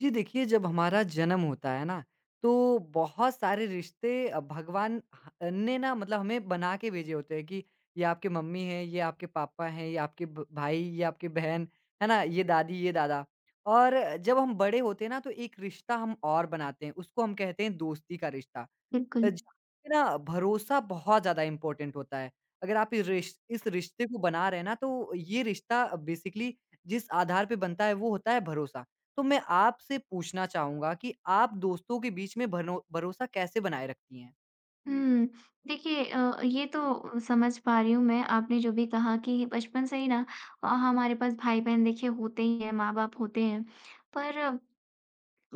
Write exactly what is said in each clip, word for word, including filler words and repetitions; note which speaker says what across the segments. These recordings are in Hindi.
Speaker 1: जी देखिए, जब हमारा जन्म होता है ना, तो बहुत सारे रिश्ते अ, भगवान ह ने ना मतलब हमें बना के भेजे होते हैं कि ये आपके मम्मी हैं, ये आपके पापा हैं, ये आपके भ भाई, ये आपके बहन, है ना? ये दादी, ये दादा। और जब हम बड़े होते हैं ना, तो एक रिश्ता हम और बनाते हैं, उसको हम कहते हैं दोस्ती का रिश्ता। अ,
Speaker 2: बिल्कुल।
Speaker 1: जहाँ पे ना भरोसा बहुत ज़्यादा इम्पोर्टेंट होता है। अगर आप इस रिश इस रिश्ते को बना रहे हैं ना, तो ये रिश्ता बेसिकली जिस आधार पे बनता है, वो होता है भरोसा। तो मैं आपसे पूछना चाहूँगा कि आप दोस्तों के बीच में भनो भरोसा कैसे बनाए रखती हैं?
Speaker 2: हुँ। देखिए अ, ये तो समझ पा रही हूँ मैं आपने जो भी कहा कि बचपन से ही ना अ, हमारे पास भाई-बहन देखिए होते ही हैं, माँ-बाप होते हैं। पर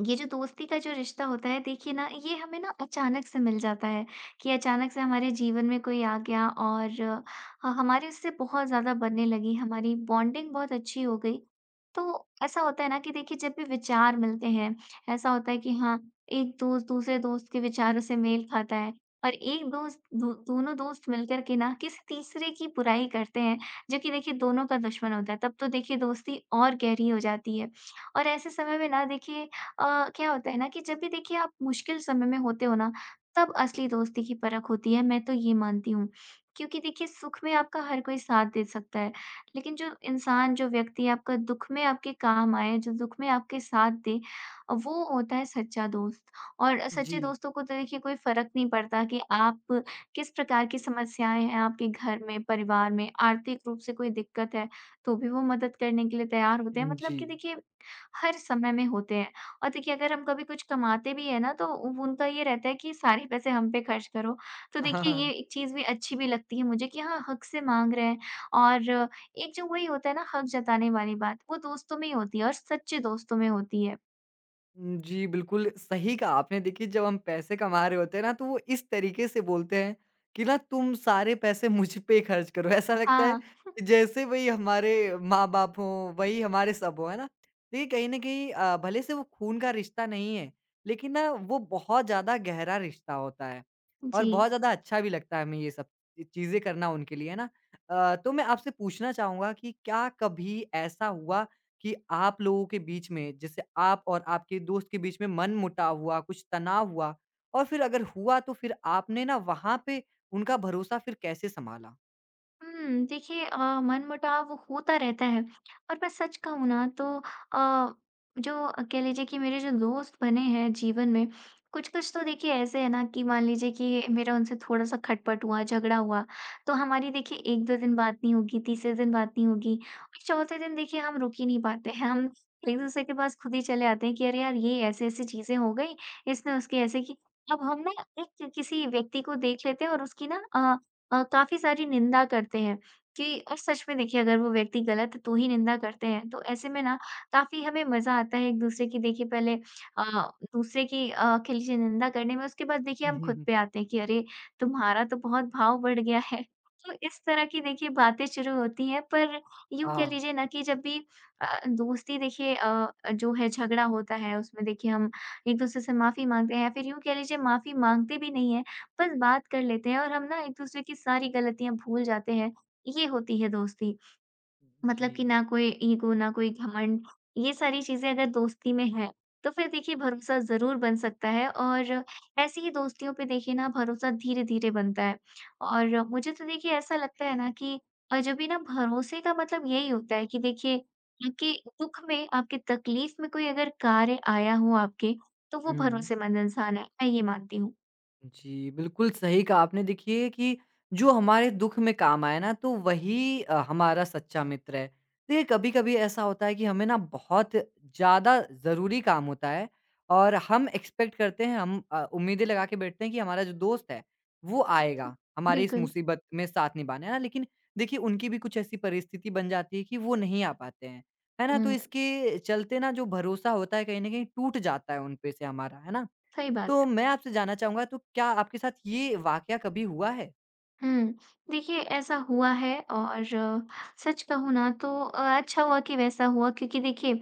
Speaker 2: ये जो दोस्ती का जो रिश्ता होता है देखिए ना ये हमें ना अचानक से मिल जाता है कि अचानक से हमारे जीवन में कोई आ गया और अ, हमारी उससे बहुत ज़्यादा बनने लगी, हमारी बॉन्डिंग बहुत अच्छी हो गई। तो ऐसा होता है ना कि देखिए जब भी विचार मिलते हैं, ऐसा होता है कि हाँ, एक दोस्त दूसरे दोस्त के विचारों से मेल खाता है और एक दोस्त दो दोनों दोस्त मिलकर के ना किसी तीसरे की बुराई करते हैं, जो कि देखिए दोनों का दुश्मन होता है, तब तो देखिए दोस्ती और गहरी हो जाती है। और ऐसे समय में ना देखिए अ, क्या होता है ना कि जब भी देखिए आप मुश्किल समय में होते हो ना, तब असली दोस्ती की परख होती है, मैं तो ये मानती हूँ। क्योंकि देखिए सुख में आपका हर कोई साथ दे सकता है, लेकिन जो इंसान, जो व्यक्ति आपका दुख में आपके काम आए, जो दुख में आपके साथ दे, वो होता है सच्चा दोस्त। और
Speaker 1: जी।
Speaker 2: सच्चे दोस्तों को तो देखिए कोई फ़र्क नहीं पड़ता कि आप किस प्रकार की समस्याएँ हैं आपके घर में, परिवार में, आर्थिक रूप से कोई दिक्कत है, तो भी वो मदद करने के लिए तैयार होते हैं। मतलब
Speaker 1: जी।
Speaker 2: कि देखिए हर समय में होते हैं। और देखिए अगर हम कभी कुछ कमाते भी हैं ना तो उ- उनका ये रहता है कि सारे पैसे हम पे खर्च करो। तो देखिए ये एक चीज़ भी अच्छी भी लगती है मुझे कि हाँ, हक से माँग रहे हैं और एक जो वही होता है ना हक जताने वाली बात, वो दोस्तों में ही होती है और सच्चे दोस्तों में होती है।
Speaker 1: उम, जी, बिल्कुल सही कहा आपने। देखिए, जब हम पैसे कमा रहे होते हैं ना, तो वो इस तरीके से बोलते हैं कि ना, "तुम सारे पैसे मुझ पे खर्च करो।" ऐसा लगता है
Speaker 2: हाँ,
Speaker 1: कि जैसे वही हमारे माँ-बाप हों, वही हमारे सब हों, है ना? देखिए, कहीं न कहीं अ, भले से वो खून का रिश्ता नहीं है, लेकिन ना, वो बहुत ज़्यादा गहरा रिश्ता होता है और बहुत
Speaker 2: जी।
Speaker 1: ज़्यादा अच्छा भी लगता है हमें ये सब ची चीज़ें करना उनके लिए, है ना? अ, तो मैं आपसे पूछना चाहूँगा कि क्या कभी ऐसा हुआ कि आप लोगों के बीच में जैसे आप और आपके दोस्त के बीच में मनमुटाव हुआ, कुछ तनाव हुआ और फिर अगर हुआ तो फिर आपने ना वहाँ पे उनका भरोसा फिर कैसे सँभाला?
Speaker 2: हुँ, देखिए अ, मनमुटाव होता रहता है और मैं सच कहूँ ना तो अ, जो कह लीजिए कि मेरे जो दोस्त बने हैं जीवन में, कुछ-कुछ तो देखिए ऐसे हैं ना कि मान लीजिए कि मेरा उनसे थोड़ा-सा खटपट हुआ, झगड़ा हुआ, तो हमारी देखिए एक दो दिन बात नहीं होगी, तीसरे दिन बात नहीं होगी और चौथे दिन देखिए हम रुक ही नहीं पाते हैं। हम एक-दूसरे के पास खुद ही चले आते हैं कि अरे यार, ये ऐसी-ऐसी चीज़ें हो गई, इसने उसके ऐसे की अब हम ना एक किसी व्यक्ति को देख लेते हैं और उसकी ना अ, अ, काफ़ी सारी निंदा करते हैं कि और सच में देखिए अगर वो व्यक्ति गलत है तो ही निंदा करते हैं। तो ऐसे में ना काफ़ी हमें मज़ा आता है एक-दूसरे की देखिए पहले अ, दूसरे की अ, कह लीजिए निंदा करने में उसके बाद देखिए हम खुद पे आते हैं कि अरे! तुम्हारा तो बहुत भाव बढ़ गया है। तो इस तरह की देखिए बातें शुरू होती हैं पर यूँ कह
Speaker 1: हाँ।
Speaker 2: लीजिए ना कि जब भी अ, दोस्ती देखिए अ, जो है झगड़ा होता है उसमें देखिए हम एक-दूसरे से माफ़ी माँगते हैं या फिर यूँ कह लीजिए माफ़ी माँगते भी नहीं हैं। बस बात कर लेते हैं और हम ना एक-दूसरे की सारी गलतियाँ भूल जाते हैं। ये होती है दोस्ती।
Speaker 1: जी।
Speaker 2: मतलब कि ना कोई ईगो, ना कोई घमंड, ये सारी चीज़ें अगर दोस्ती में हैं, तो फिर देखिए भरोसा ज़रूर बन सकता है और ऐसी ही दोस्तियों पे देखिए ना भरोसा धीरे-धीरे बनता है। और मुझे तो देखिए ऐसा लगता है ना कि अजनबी ना भरोसे का मतलब यही होता है कि देखिए आपके दुःख में, आपकी तकलीफ़ में कोई अगर कार्य आया हो आपके, तो वो
Speaker 1: हुँ।
Speaker 2: भरोसेमंद इंसान है। मैं ये मानती हूँ।
Speaker 1: जी, बिल्कुल सही कहा आपने देखिए कि जो हमारे दुःख में काम आए ना तो वही अ, हमारा सच्चा मित्र है। देखिए कभी-कभी ऐसा होता है कि हमें ना बहुत ज़्यादा ज़रूरी काम होता है और हम एक्सपेक्ट करते हैं हम अ, उम्मीदें लगा के बैठते हैं कि हमारा जो दोस्त है वो आएगा, हमारी इस
Speaker 2: बिल्कुल।
Speaker 1: मुसीबत में साथ निभाने, है ना? लेकिन देखिए उनकी भी कुछ ऐसी परिस्थिति बन जाती है कि वो नहीं आ पाते हैं, है ना? तो
Speaker 2: हुँ।
Speaker 1: इसके चलते ना जो भरोसा होता है कहीं न कहीं टूट जाता है उन पे से हमारा, है ना?
Speaker 2: सही बात
Speaker 1: तो
Speaker 2: है।
Speaker 1: मैं आपसे जानना चाहूँगा तो क्या आपके साथ ये वाक़या कभी हुआ है?
Speaker 2: हुँ। देखिए ऐसा हुआ है और अ, सच कहूँ ना तो अ, अच्छा हुआ कि वैसा हुआ क्योंकि देखिए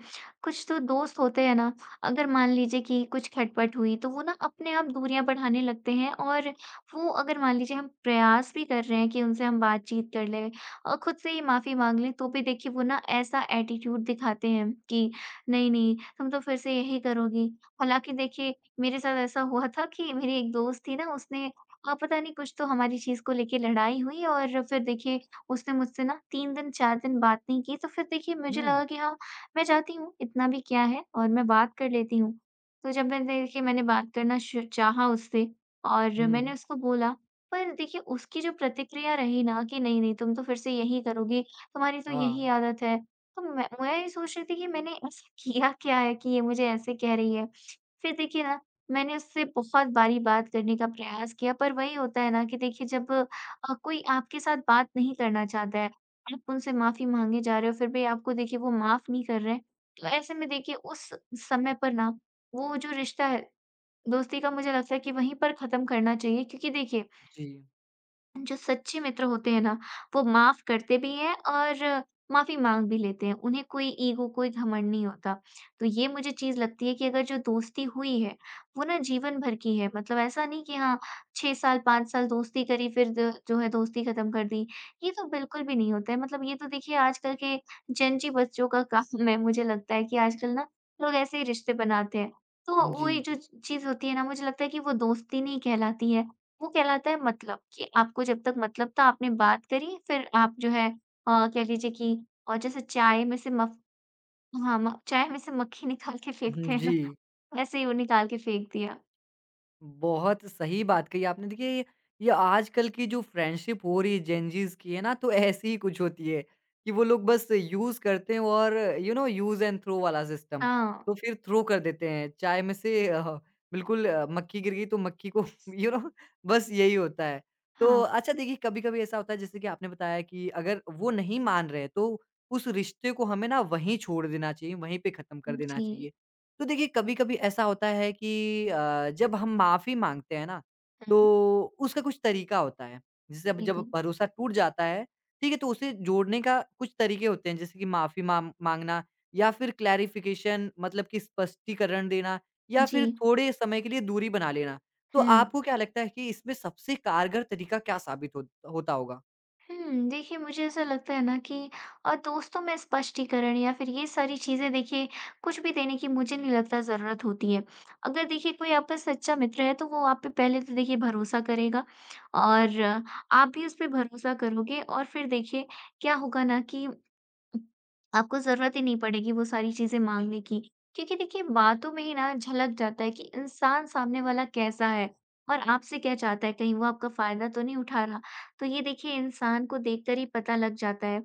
Speaker 2: कुछ तो दोस्त होते हैं ना, अगर मान लीजिए कि कुछ खटपट हुई तो वो ना अपने आप दूरियाँ बढ़ाने लगते हैं और वो अगर मान लीजिए हम प्रयास भी कर रहे हैं कि उनसे हम बातचीत कर लें और खुद से ही माफ़ी माँग लें तो भी देखिए वो ना ऐसा एटीट्यूड दिखाते हैं कि नहीं, नहीं तुम तो फिर से यही करोगी। हालाँकि देखिए मेरे साथ ऐसा हुआ था कि मेरी एक दोस्त थी ना उसने हाँ, पता नहीं कुछ तो हमारी चीज़ को लेके लड़ाई हुई और फिर देखिए उसने मुझसे ना तीन दिन चार दिन बात नहीं की। तो फिर देखिए मुझे
Speaker 1: हुँ।
Speaker 2: लगा कि हाँ, मैं जाती हूँ, इतना भी क्या है और मैं बात कर लेती हूँ। तो जब मैं देखिए मैंने बात करना श चाहा उससे और
Speaker 1: हुँ,
Speaker 2: मैंने उसको बोला, पर देखिए उसकी जो प्रतिक्रिया रही ना कि नहीं, नहीं तुम तो फिर से यही करोगी, तुम्हारी तो यही
Speaker 1: हाँ,
Speaker 2: आदत है। तो मैं मैं ये सोच रही थी कि मैंने ऐसा किया क्या है कि ये मुझे ऐसे कह रही है। फिर देखिए ना मैंने उससे बहुत बारी बात करने का प्रयास किया, पर वही होता है ना कि देखिए जब अ, कोई आपके साथ बात नहीं करना चाहता है, आप उनसे माफ़ी माँगे जा रहे हो, फिर भी आपको देखिए वो माफ़ नहीं कर रहे हैं, तो ऐसे में देखिए उस समय पर ना, वो जो रिश्ता है, दोस्ती का मुझे लगता है कि वहीं पर ख़त्म करना चाहिए क्योंकि देखिए
Speaker 1: जी,
Speaker 2: जो सच्चे मित्र होते हैं ना, वो माफ़ करते भी हैं और माफ़ी माँग भी लेते हैं। उन्हें कोई ईगो, कोई घमंड नहीं होता। तो ये मुझे चीज़ लगती है कि अगर जो दोस्ती हुई है, वो ना जीवन भर की है। मतलब ऐसा नहीं कि हाँ, छह साल, पाँच साल दोस्ती करी फिर द जो है दोस्ती ख़त्म कर दी। ये तो बिल्कुल भी नहीं होता है। मतलब ये तो देखिए आजकल के जेनजी बच्चों का काम है मुझे लगता है कि आजकल ना लोग ऐसे ही रिश्ते बनाते हैं। तो
Speaker 1: जी,
Speaker 2: वही जो चीज़ होती है ना मुझे लगता है कि वो दोस्ती नहीं कहलाती है। वो कहलाता है मतलब कि आपको जब तक मतलब था आपने बात करी फिर आप जो है अ, कह लीजिए कि और जैसे चाय में से मफ हाँ, म चाय में से मक्खी निकाल के फेंकते हैं ना,
Speaker 1: जी।
Speaker 2: वैसे ही वो निकाल के फेंक दिया।
Speaker 1: बहुत सही बात कही आपने। देखिए, ये ये आजकल की जो फ्रेंडशिप हो रही है जेन ज़ीज़ की है ना, तो ऐसी ही कुछ होती है कि वो लोग बस यूज़ करते हैं और you know use and throw वाला सिस्टम।
Speaker 2: हाँ,
Speaker 1: तो फिर थ्रो कर देते हैं। चाय में से अ, बिल्कुल अ, मक्खी गिर गई तो मक्खी को यू नो बस यही होता है। तो
Speaker 2: हाँ।
Speaker 1: अच्छा देखिए कभी-कभी ऐसा होता है जैसे कि आपने बताया कि अगर वो नहीं मान रहे तो उस रिश्ते को हमें ना वहीं छोड़ देना चाहिए, वहीं पे ख़त्म कर देना
Speaker 2: जी।
Speaker 1: चाहिए। तो देखिए कभी-कभी ऐसा होता है कि अ, जब हम माफ़ी माँगते हैं ना,
Speaker 2: हुँ,
Speaker 1: तो उसका कुछ तरीका होता है। जैसे अब जब
Speaker 2: बिल्कुल।
Speaker 1: भरोसा टूट जाता है, ठीक है? तो उसे जोड़ने का कुछ तरीके होते हैं जैसे कि माफ़ी माम माँगना या फिर क्लैरिफ़िकेशन मतलब कि स्पष्टीकरण देना या फिर
Speaker 2: जी,
Speaker 1: थोड़े समय के लिए दूरी बना लेना। तो
Speaker 2: हुँ।
Speaker 1: आपको क्या लगता है कि इसमें सबसे कारगर तरीका क्या साबित हो होता होगा?
Speaker 2: हुँ, देखिए मुझे ऐसा लगता है ना कि अ, दोस्तों में स्पष्टीकरण या फिर ये सारी चीज़ें देखिए कुछ भी देने की मुझे नहीं लगता ज़रूरत होती है। अगर देखिए कोई आपका सच्चा मित्र है तो वो आप पे पहले तो देखिए भरोसा करेगा और अ, आप भी उस पे भरोसा करोगे और फिर देखिए क्या होगा ना कि आपको ज़रूरत ही नहीं पड़ेगी वो सारी चीज़ें माँगने की। क्योंकि देखिए बातों में ही ना झलक जाता है कि इंसान सामने वाला कैसा है और आपसे क्या चाहता है, कहीं वो आपका फ़ायदा तो नहीं उठा रहा। तो ये देखिए इंसान को देखकर ही पता लग जाता है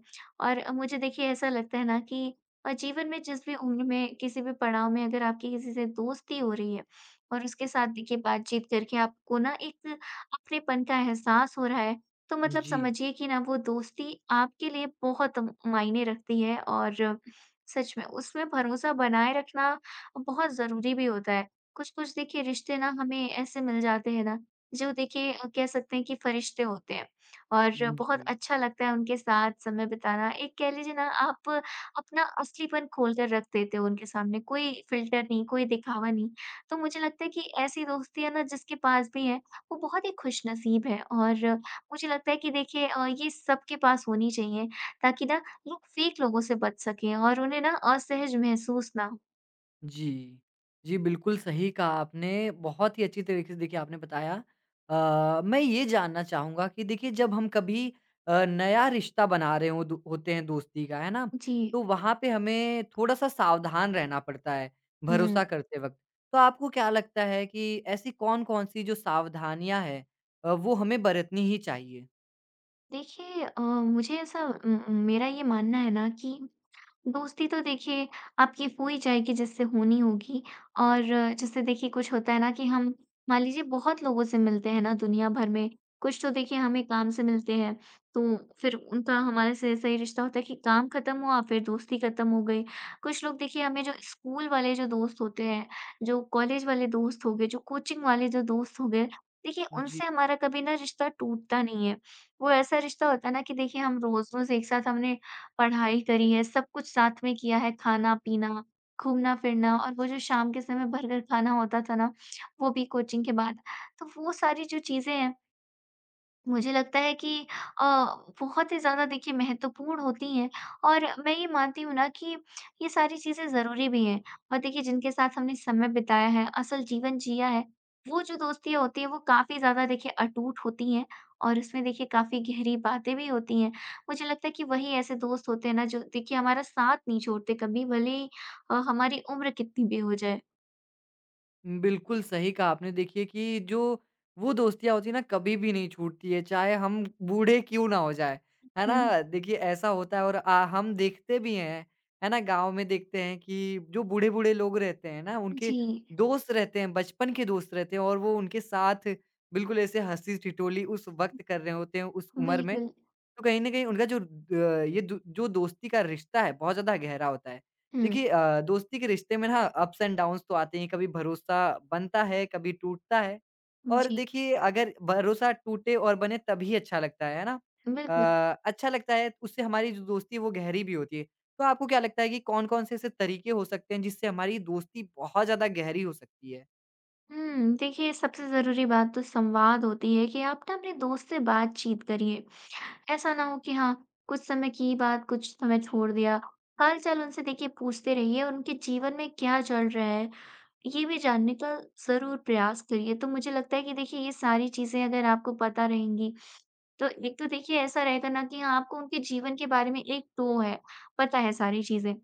Speaker 2: और मुझे देखिए ऐसा लगता है ना कि अ, जीवन में जिस भी उम्र में, किसी भी पड़ाव में अगर आपकी किसी से दोस्ती हो रही है और उसके साथ देखिए बातचीत करके आपको ना एक अपनेपन का एहसास हो रहा है, तो मतलब
Speaker 1: जी।
Speaker 2: समझिए कि ना वो दोस्ती आपके लिए बहुत म मायने रखती है और सच में उसमें भरोसा बनाए रखना बहुत ज़रूरी भी होता है। कुछ-कुछ देखिए रिश्ते ना हमें ऐसे मिल जाते हैं ना जो देखिए अ, कह सकते हैं कि फरिश्ते होते हैं और
Speaker 1: हुँ,
Speaker 2: बहुत
Speaker 1: जी।
Speaker 2: अच्छा लगता है उनके साथ समय बिताना। एक कह लीजिए ना आप अपना असलीपन खोल कर रख देते हो उनके सामने, कोई फ़िल्टर नहीं, कोई दिखावा नहीं। तो मुझे लगता है कि ऐसी दोस्तियाँ ना जिसके पास भी है, वो बहुत ही खुशनसीब है और मुझे लगता है कि देखिए अ, ये सबके पास होनी चाहिए ताकि ना लोग फेक लोगों से बच सकें और उन्हें ना असहज महसूस ना हो।
Speaker 1: जी। जी, बिल्कुल सही कहा आपने, बहुत ही अच्छी तरीके से देखिए आपने बताया। अ, मैं ये जानना चाहूँगा कि देखिए जब हम कभी अ, नया रिश्ता बना रहे हों दो होते हैं दोस्ती का, है ना?
Speaker 2: जी।
Speaker 1: तो वहाँ पे हमें थोड़ा-सा सावधान रहना पड़ता है,
Speaker 2: हम्म
Speaker 1: भरोसा करते वक़्त। तो आपको क्या लगता है कि ऐसी कौन-कौन सी जो सावधानियाँ हैं अ, वो हमें बरतनी ही चाहिए?
Speaker 2: देखिए अ, मुझे ऐसा म मेरा ये मानना है ना कि दोस्ती तो देखिए आपकी हो ही जाएगी जिससे होनी होगी और जैसे देखिए कुछ होता है ना कि हम मान लीजिए बहुत लोगों से मिलते हैं ना दुनिया भर में, कुछ तो देखिए हमें काम से मिलते हैं, तो फिर उनका हमारे से सही रिश्ता होता है कि काम खत्म हुआ फिर दोस्ती खत्म हो गई। कुछ लोग देखिए हमें जो स्कूल वाले जो दोस्त होते हैं, जो कॉलेज वाले दोस्त हो गए, जो कोचिंग वाले जो दोस्त हो गए, देखिए
Speaker 1: जी।
Speaker 2: उनसे हमारा कभी ना रिश्ता टूटता नहीं है। वो ऐसा रिश्ता होता है ना कि देखिए हम रोज़-रोज़ एक साथ हमने पढ़ाई करी है, सब कुछ साथ में किया है, खाना-पीना, घूमना-फिरना और वो जो शाम के समय बर्गर खाना होता था ना, वो भी कोचिंग के बाद। तो वो सारी जो चीज़ें हैं मुझे लगता है कि अ, बहुत ही ज़्यादा देखिए महत्वपूर्ण होती हैं और मैं ये मानती हूँ ना कि ये सारी चीज़ें ज़रूरी भी हैं और देखिए जिनके साथ हमने समय बिताया है, असल जीवन जिया है, वो जो दोस्तियाँ होती हैं वो काफ़ी ज़्यादा देखिए अटूट होती हैं और उसमें देखिए काफ़ी गहरी बातें भी होती हैं। मुझे लगता है कि वही ऐसे दोस्त होते हैं ना जो देखिए हमारा साथ नहीं छोड़ते कभी, भले ही अ, हमारी उम्र कितनी भी हो जाए।
Speaker 1: बिल्कुल सही कहा आपने। देखिए कि जो वो दोस्तियाँ होती हैं ना कभी भी नहीं छूटती है, चाहे हम बूढ़े क्यों ना हो जाएँ, है
Speaker 2: हुँ,
Speaker 1: ना? देखिए ऐसा होता है और अ, हम देखते भी हैं, है ना? गाँव में देखते हैं कि जो बूढ़े-बूढ़े लोग रहते हैं ना, उनके
Speaker 2: जी,
Speaker 1: दोस्त रहते हैं, बचपन के दोस्त रहते हैं और वो उनके साथ बिल्कुल ऐसे हँसी-ठिठोली उस वक़्त कर रहे होते हैं उस उम्र में।
Speaker 2: बिल्कुल।
Speaker 1: तो कहीं न कहीं उनका जो अ, ये दो जो दोस्ती का रिश्ता है, बहुत ज़्यादा गहरा होता है।
Speaker 2: हुँ,
Speaker 1: देखिए अ, दोस्ती के रिश्ते में ना अप्स एंड डाउन्स तो आते ही हैं, कभी भरोसा बनता है, कभी टूटता है। और
Speaker 2: जी,
Speaker 1: देखिए अगर भरोसा टूटे और बने तभी अच्छा लगता है, है ना?
Speaker 2: बिल्कुल।
Speaker 1: अ, अच्छा लगता है उससे हमारी जो दोस्ती है वो गहरी भी होती है। तो आपको क्या लगता है कि कौन-कौन से ऐसे तरीके हो सकते हैं जिससे हमारी दोस्ती बहुत ज़्यादा गहरी हो सकती है?
Speaker 2: हुँ, देखिए सबसे ज़रूरी बात तो संवाद होती है कि आप ना अपने दोस्त से बातचीत करिए। ऐसा ना हो कि हाँ, कुछ समय की बात कुछ समय छोड़ दिया। हाल-चाल उनसे देखिए पूछते रहिए और उनके जीवन में क्या चल रहा है, ये भी जानने का ज़रूर प्रयास करिए। तो मुझे लगता है कि देखिए ये सारी चीज़ें अगर आपको पता रहेंगी, तो एक तो देखिए ऐसा रहेगा ना कि हाँ, आपको उनके जीवन के बारे में एक तो है, पता है सारी चीज़ें।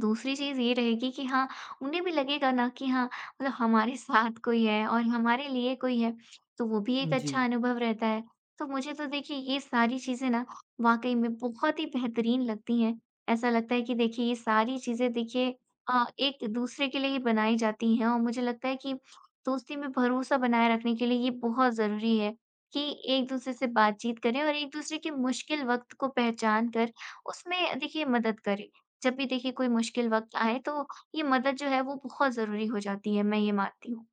Speaker 2: दूसरी चीज़ ये रहेगी कि हाँ, उन्हें भी लगेगा ना कि हाँ, मतलब हमारे साथ कोई है और हमारे लिए कोई है, तो वो भी एक
Speaker 1: जी।
Speaker 2: अच्छा अनुभव रहता है। तो मुझे तो देखिए ये सारी चीज़ें ना वाक़ई में बहुत ही बेहतरीन लगती हैं। ऐसा लगता है कि देखिए ये सारी चीज़ें देखिए अ, एक-दूसरे के लिए ही बनाई जाती हैं और मुझे लगता है कि दोस्ती में भरोसा बनाए रखने के लिए ये बहुत ज़रूरी है कि एक-दूसरे से बातचीत करें और एक-दूसरे के मुश्किल वक़्त को पहचान कर उसमें देखिए मदद करें। जब भी देखिए कोई मुश्किल वक़्त आए तो ये मदद जो है वो बहुत ज़रूरी हो जाती है, मैं ये मानती हूँ।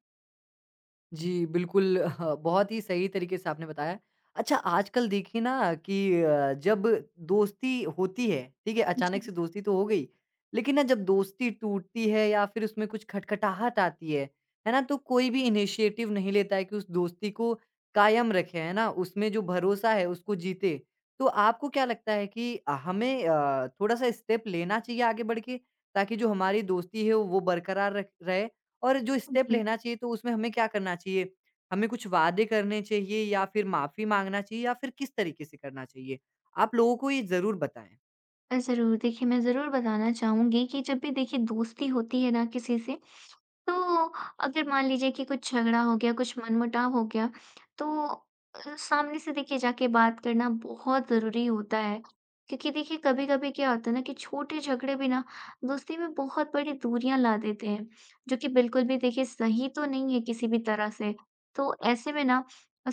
Speaker 1: जी, बिल्कुल ह बहुत ही सही तरीके से आपने बताया। अच्छा आजकल देखिए ना कि अ, जब दोस्ती होती है, ठीक है?
Speaker 2: जी,
Speaker 1: अचानक से दोस्ती तो हो गई, लेकिन ना जब दोस्ती टूटती है या फिर उसमें कुछ खटखटाहट आती है, है ना? तो कोई भी इनिशिएटिव नहीं लेता है कि उस दोस्ती को कायम रखे, है ना? उसमें जो भरोसा है उसको जीते। तो आपको क्या लगता है कि अ, हमें अ, थोड़ा-सा स्टेप लेना चाहिए आगे बढ़ के ताकि जो हमारी दोस्ती है वो बरकरार रख रहे? और जो स्टेप
Speaker 2: जी।
Speaker 1: लेना चाहिए तो उसमें हमें क्या करना चाहिए? हमें कुछ वादे करने चाहिए या फिर माफ़ी माँगना चाहिए या फिर किस तरीके से करना चाहिए? आप लोगों को ये ज़रूर बताएँ।
Speaker 2: अ, ज़रूर। देखिए, मैं ज़रूर बताना चाहूँगी कि जब भी देखिए दोस्ती होती है ना किसी से, तो अगर मान लीजिए कि कुछ झगड़ा हो गया, कुछ मनमुटाव हो गया, तो अ, सामने से देखिए जाके बात करना बहुत ज़रूरी होता है। क्योंकि देखिए कभी-कभी क्या होता है ना कि छोटे झगड़े भी ना दोस्ती में बहुत बड़ी दूरियाँ ला देते हैं, जो कि बिल्कुल भी देखिए सही तो नहीं है किसी भी तरह से। तो ऐसे में ना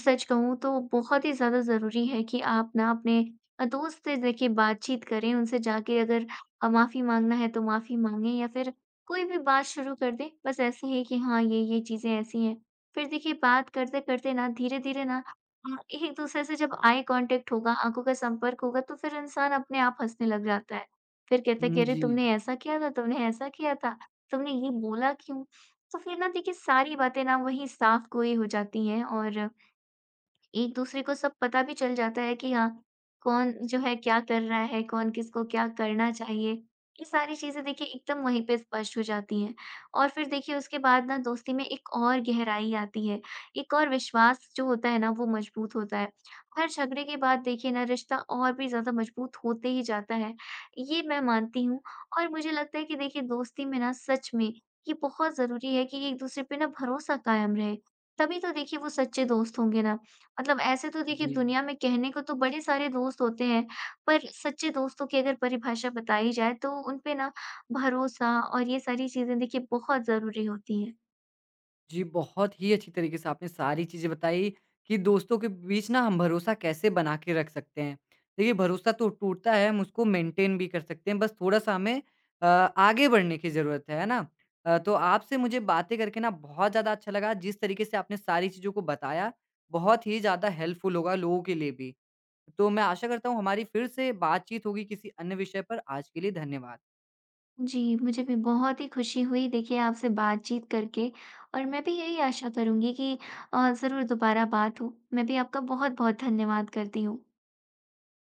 Speaker 2: सच कहूँ तो बहुत ही ज़्यादा ज़रूरी है कि आप ना अपने अ, दोस्त से देखिए बातचीत करें, उनसे जाके अगर अ, माफ़ी माँगना है तो माफ़ी माँगे या फिर कोई भी बात शुरू कर दें, बस ऐसे ही कि हाँ, ये-ये चीज़ें ऐसी हैं। फिर देखिए बात करते-करते ना धीरे-धीरे ना अ, एक-दूसरे से जब आई कॉन्टैक्ट होगा, आँखों का संपर्क होगा तो फिर इंसान अपने आप हँसने लग जाता है। फिर कहता है कि
Speaker 1: हुँ,
Speaker 2: अरे!
Speaker 1: जी,
Speaker 2: तुमने ऐसा किया था, तुमने ऐसा किया था, तुमने ये बोला क्यों? तो फिर ना देखिए सारी बातें ना वहीं साफ गोई हो जाती हैं और एक-दूसरे को सब पता भी चल जाता है कि हाँ, कौन जो है क्या कर रहा है, कौन किसको क्या करना चाहिए। ये सारी चीज़ें देखिए एकदम वहीं पे स्पष्ट हो जाती हैं और फिर देखिए उसके बाद ना दोस्ती में एक और गहराई आती है, एक और विश्वास जो होता है ना वो मजबूत होता है। हर झगड़े के बाद देखिए ना रिश्ता और भी ज़्यादा मजबूत होते ही जाता है, ये मैं मानती हूँ और मुझे लगता है कि देखिए दोस्ती में ना सच में ये बहुत ज़रूरी है कि एक-दूसरे पे ना भरोसा कायम रहे, तभी तो देखिए वो सच्चे दोस्त होंगे ना। मतलब ऐसे तो देखिए
Speaker 1: जी।
Speaker 2: दुनिया में कहने को तो बड़े सारे दोस्त होते हैं, पर सच्चे दोस्तों की अगर परिभाषा बताई जाए तो उन पे ना भरोसा और ये सारी चीज़ें देखिए बहुत ज़रूरी होती हैं।
Speaker 1: जी, बहुत ही अच्छी तरीके से आपने सारी चीज़ें बताई कि दोस्तों के बीच ना हम भरोसा कैसे बना के रख सकते हैं। देखिए भरोसा तो टूटता है, हम उसको मेंटेन भी कर सकते हैं, बस थोड़ा-सा हमें अ, आगे बढ़ने की ज़रूरत है, है ना? अ, तो आपसे मुझे बातें करके ना बहुत ज़्यादा अच्छा लगा, जिस तरीके से आपने सारी चीज़ों को बताया, बहुत ही ज़्यादा हेल्पफुल होगा लोगों के लिए भी। तो मैं आशा करता हूँ हमारी फिर से बातचीत होगी किसी अन्य विषय पर। आज के लिए धन्यवाद।
Speaker 2: जी, मुझे भी बहुत ही खुशी हुई देखिए आपसे बातचीत करके और मैं भी यही आशा करूँगी कि अ, ज़रूर दोबारा बात हो। मैं भी आपका बहुत-बहुत धन्यवाद करती हूँ।